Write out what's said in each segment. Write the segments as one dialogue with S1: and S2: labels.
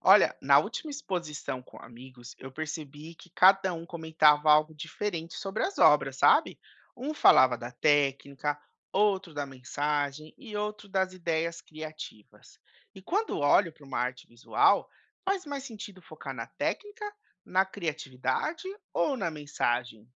S1: Olha, na última exposição com amigos, eu percebi que cada um comentava algo diferente sobre as obras, sabe? Um falava da técnica, outro da mensagem e outro das ideias criativas. E quando olho para uma arte visual, faz mais sentido focar na técnica, na criatividade ou na mensagem?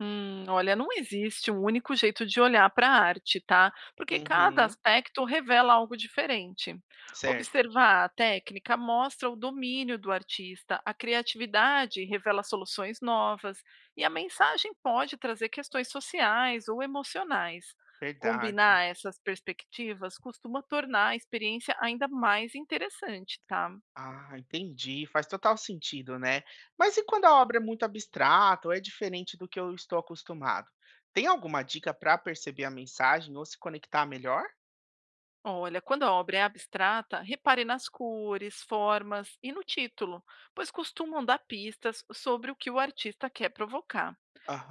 S2: Olha, não existe um único jeito de olhar para a arte, tá? Porque cada
S1: Uhum,
S2: aspecto revela algo diferente.
S1: certo,
S2: Observar a técnica mostra o domínio do artista, a criatividade revela soluções novas, e a mensagem pode trazer questões sociais ou emocionais.
S1: verdade.
S2: Combinar essas perspectivas costuma tornar a experiência ainda mais interessante, tá?
S1: Ah, entendi. Faz total sentido, né? Mas e quando a obra é muito abstrata ou é diferente do que eu estou acostumado? Tem alguma dica para perceber a mensagem ou se conectar melhor?
S2: Olha, quando a obra é abstrata, repare nas cores, formas e no título, pois costumam dar pistas sobre o que o artista quer provocar.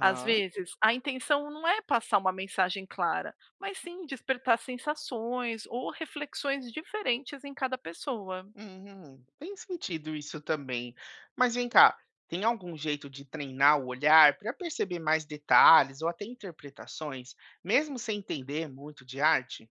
S2: Às vezes, a intenção não é passar uma mensagem clara, mas sim despertar sensações ou reflexões diferentes em cada pessoa.
S1: Uhum. Tem sentido isso também. Mas vem cá, tem algum jeito de treinar o olhar para perceber mais detalhes ou até interpretações, mesmo sem entender muito de arte?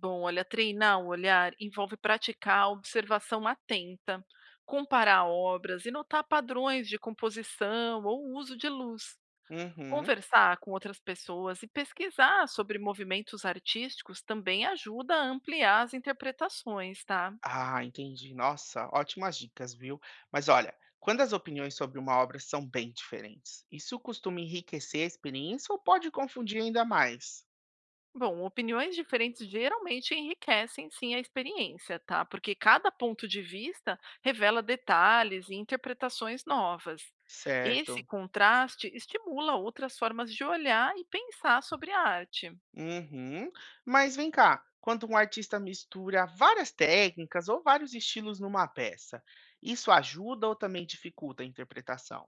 S2: Bom, olha, treinar o olhar envolve praticar a observação atenta, comparar obras e notar padrões de composição ou uso de luz.
S1: Uhum.
S2: Conversar com outras pessoas e pesquisar sobre movimentos artísticos também ajuda a ampliar as interpretações, tá?
S1: Ah, entendi. Nossa, ótimas dicas, viu? Mas olha, quando as opiniões sobre uma obra são bem diferentes, isso costuma enriquecer a experiência ou pode confundir ainda mais?
S2: Bom, opiniões diferentes geralmente enriquecem sim a experiência, tá? Porque cada ponto de vista revela detalhes e interpretações novas. Esse
S1: Certo.
S2: contraste estimula outras formas de olhar e pensar sobre a arte.
S1: Uhum. Mas vem cá, quando um artista mistura várias técnicas ou vários estilos numa peça, isso ajuda ou também dificulta a interpretação?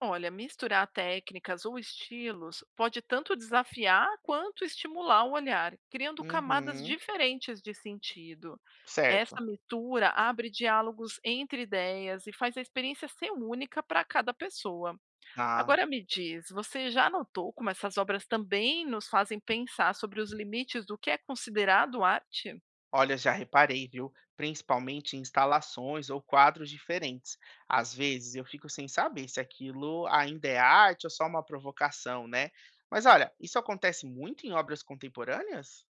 S2: Olha, misturar técnicas ou estilos pode tanto desafiar quanto estimular o olhar, criando camadas
S1: Uhum.
S2: diferentes de sentido. Essa
S1: Certo.
S2: mistura abre diálogos entre ideias e faz a experiência ser única para cada pessoa.
S1: Ah.
S2: Agora me diz, você já notou como essas obras também nos fazem pensar sobre os limites do que é considerado arte?
S1: Olha, já reparei, viu? Principalmente em instalações ou quadros diferentes. Às vezes eu fico sem saber se aquilo ainda é arte ou só uma provocação, né? Mas olha, isso acontece muito em obras contemporâneas?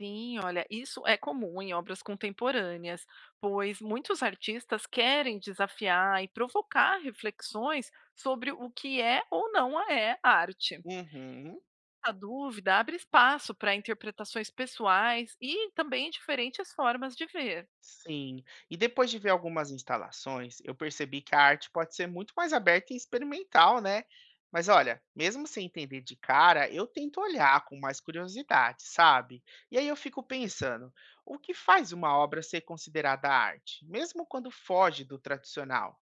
S2: Sim, olha, isso é comum em obras contemporâneas, pois muitos artistas querem desafiar e provocar reflexões sobre o que é ou não é arte.
S1: Uhum.
S2: A dúvida abre espaço para interpretações pessoais e também diferentes formas de ver.
S1: Sim. E depois de ver algumas instalações, eu percebi que a arte pode ser muito mais aberta e experimental, né? Mas olha, mesmo sem entender de cara, eu tento olhar com mais curiosidade, sabe? E aí eu fico pensando, o que faz uma obra ser considerada arte, mesmo quando foge do tradicional,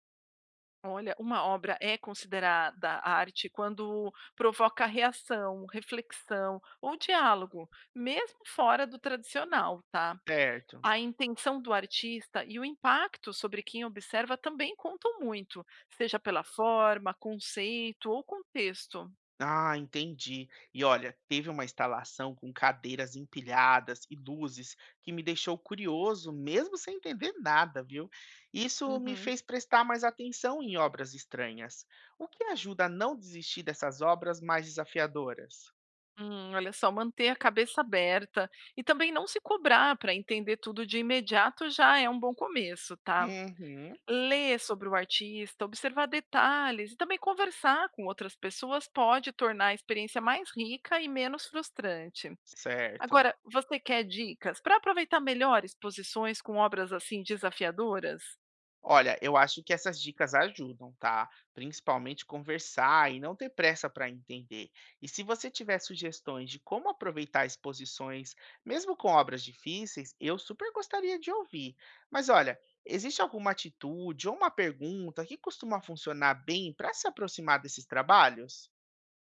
S2: Olha, uma obra é considerada arte quando provoca reação, reflexão ou diálogo, mesmo fora do tradicional, tá?
S1: certo?
S2: A intenção do artista e o impacto sobre quem observa também contam muito, seja pela forma, conceito ou contexto.
S1: Ah, entendi. E olha, teve uma instalação com cadeiras empilhadas e luzes que me deixou curioso, mesmo sem entender nada, viu? Isso me
S2: Uhum.
S1: fez prestar mais atenção em obras estranhas. O que ajuda a não desistir dessas obras mais desafiadoras?
S2: Olha só, manter a cabeça aberta e também não se cobrar para entender tudo de imediato já é um bom começo, tá?
S1: Uhum,
S2: Ler sobre o artista, observar detalhes e também conversar com outras pessoas pode tornar a experiência mais rica e menos frustrante.
S1: certo.
S2: Agora, você quer dicas para aproveitar melhor exposições com obras assim desafiadoras?
S1: Olha, eu acho que essas dicas ajudam, tá? Principalmente conversar e não ter pressa para entender. E se você tiver sugestões de como aproveitar exposições, mesmo com obras difíceis, eu super gostaria de ouvir. Mas olha, existe alguma atitude ou uma pergunta que costuma funcionar bem para se aproximar desses trabalhos?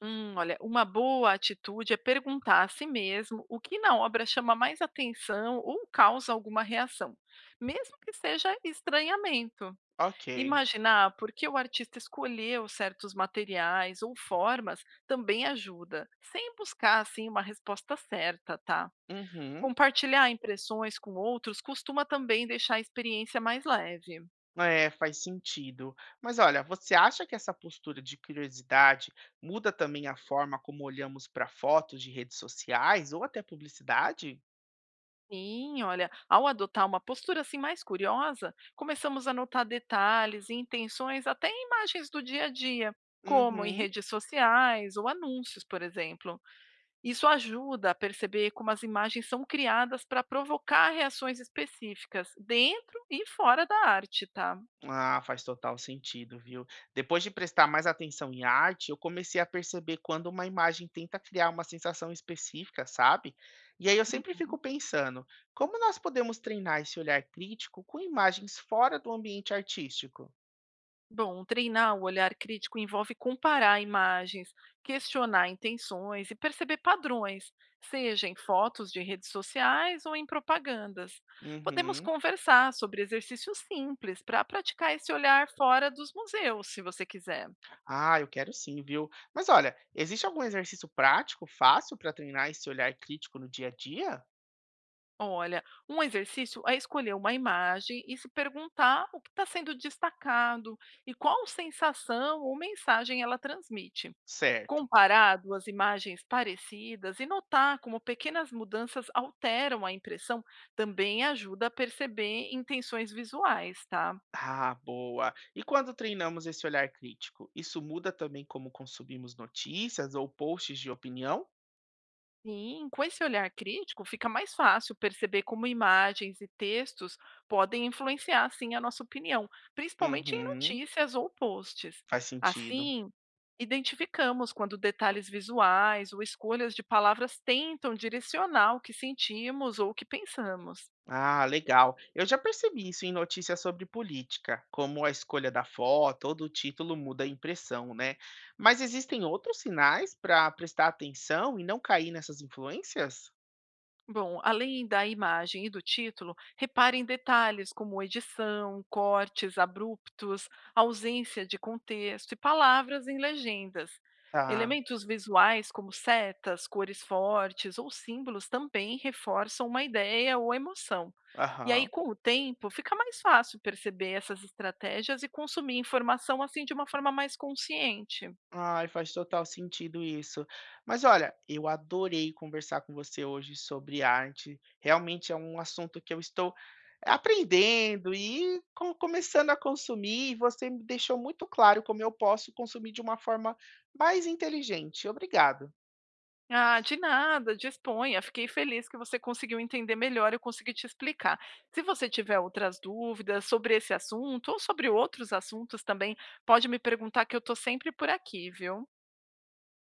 S2: Olha, uma boa atitude é perguntar a si mesmo o que na obra chama mais atenção ou causa alguma reação, mesmo que seja estranhamento.
S1: Ok.
S2: Imaginar por que o artista escolheu certos materiais ou formas também ajuda, sem buscar assim uma resposta certa, tá?
S1: Uhum.
S2: Compartilhar impressões com outros costuma também deixar a experiência mais leve.
S1: É, faz sentido. Mas olha, você acha que essa postura de curiosidade muda também a forma como olhamos para fotos de redes sociais ou até publicidade?
S2: Sim, olha, ao adotar uma postura assim mais curiosa, começamos a notar detalhes e intenções até em imagens do dia a dia, como em
S1: Uhum.
S2: redes sociais ou anúncios, por exemplo. Isso ajuda a perceber como as imagens são criadas para provocar reações específicas dentro e fora da arte, tá?
S1: Ah, faz total sentido, viu? Depois de prestar mais atenção em arte, eu comecei a perceber quando uma imagem tenta criar uma sensação específica, sabe? E aí eu sempre fico pensando, como nós podemos treinar esse olhar crítico com imagens fora do ambiente artístico?
S2: Bom, treinar o olhar crítico envolve comparar imagens, questionar intenções e perceber padrões, seja em fotos de redes sociais ou em propagandas. Podemos
S1: Uhum.
S2: conversar sobre exercícios simples para praticar esse olhar fora dos museus, se você quiser.
S1: Ah, eu quero sim, viu? Mas olha, existe algum exercício prático, fácil para treinar esse olhar crítico no dia a dia?
S2: Olha, um exercício é escolher uma imagem e se perguntar o que está sendo destacado e qual sensação ou mensagem ela transmite.
S1: Certo.
S2: Comparar duas imagens parecidas e notar como pequenas mudanças alteram a impressão também ajuda a perceber intenções visuais, tá?
S1: Ah, boa. E quando treinamos esse olhar crítico, isso muda também como consumimos notícias ou posts de opinião?
S2: Sim, com esse olhar crítico fica mais fácil perceber como imagens e textos podem influenciar sim a nossa opinião, principalmente em
S1: Uhum,
S2: notícias ou posts.
S1: faz sentido.
S2: Assim, identificamos quando detalhes visuais ou escolhas de palavras tentam direcionar o que sentimos ou o que pensamos.
S1: Ah, legal. Eu já percebi isso em notícias sobre política, como a escolha da foto ou do título muda a impressão, né? Mas existem outros sinais para prestar atenção e não cair nessas influências?
S2: Bom, além da imagem e do título, repare em detalhes como edição, cortes abruptos, ausência de contexto e palavras em legendas.
S1: Tá.
S2: Elementos visuais como setas, cores fortes ou símbolos também reforçam uma ideia ou emoção. E aí,
S1: Aham.
S2: com o tempo, fica mais fácil perceber essas estratégias e consumir informação assim de uma forma mais consciente.
S1: Ai, faz total sentido isso. Mas olha, eu adorei conversar com você hoje sobre arte. Realmente é um assunto que eu estou aprendendo e começando a consumir, e você me deixou muito claro como eu posso consumir de uma forma mais inteligente. Obrigado.
S2: Ah, de nada, disponha. Fiquei feliz que você conseguiu entender melhor e eu consegui te explicar. Se você tiver outras dúvidas sobre esse assunto ou sobre outros assuntos também, pode me perguntar que eu estou sempre por aqui, viu?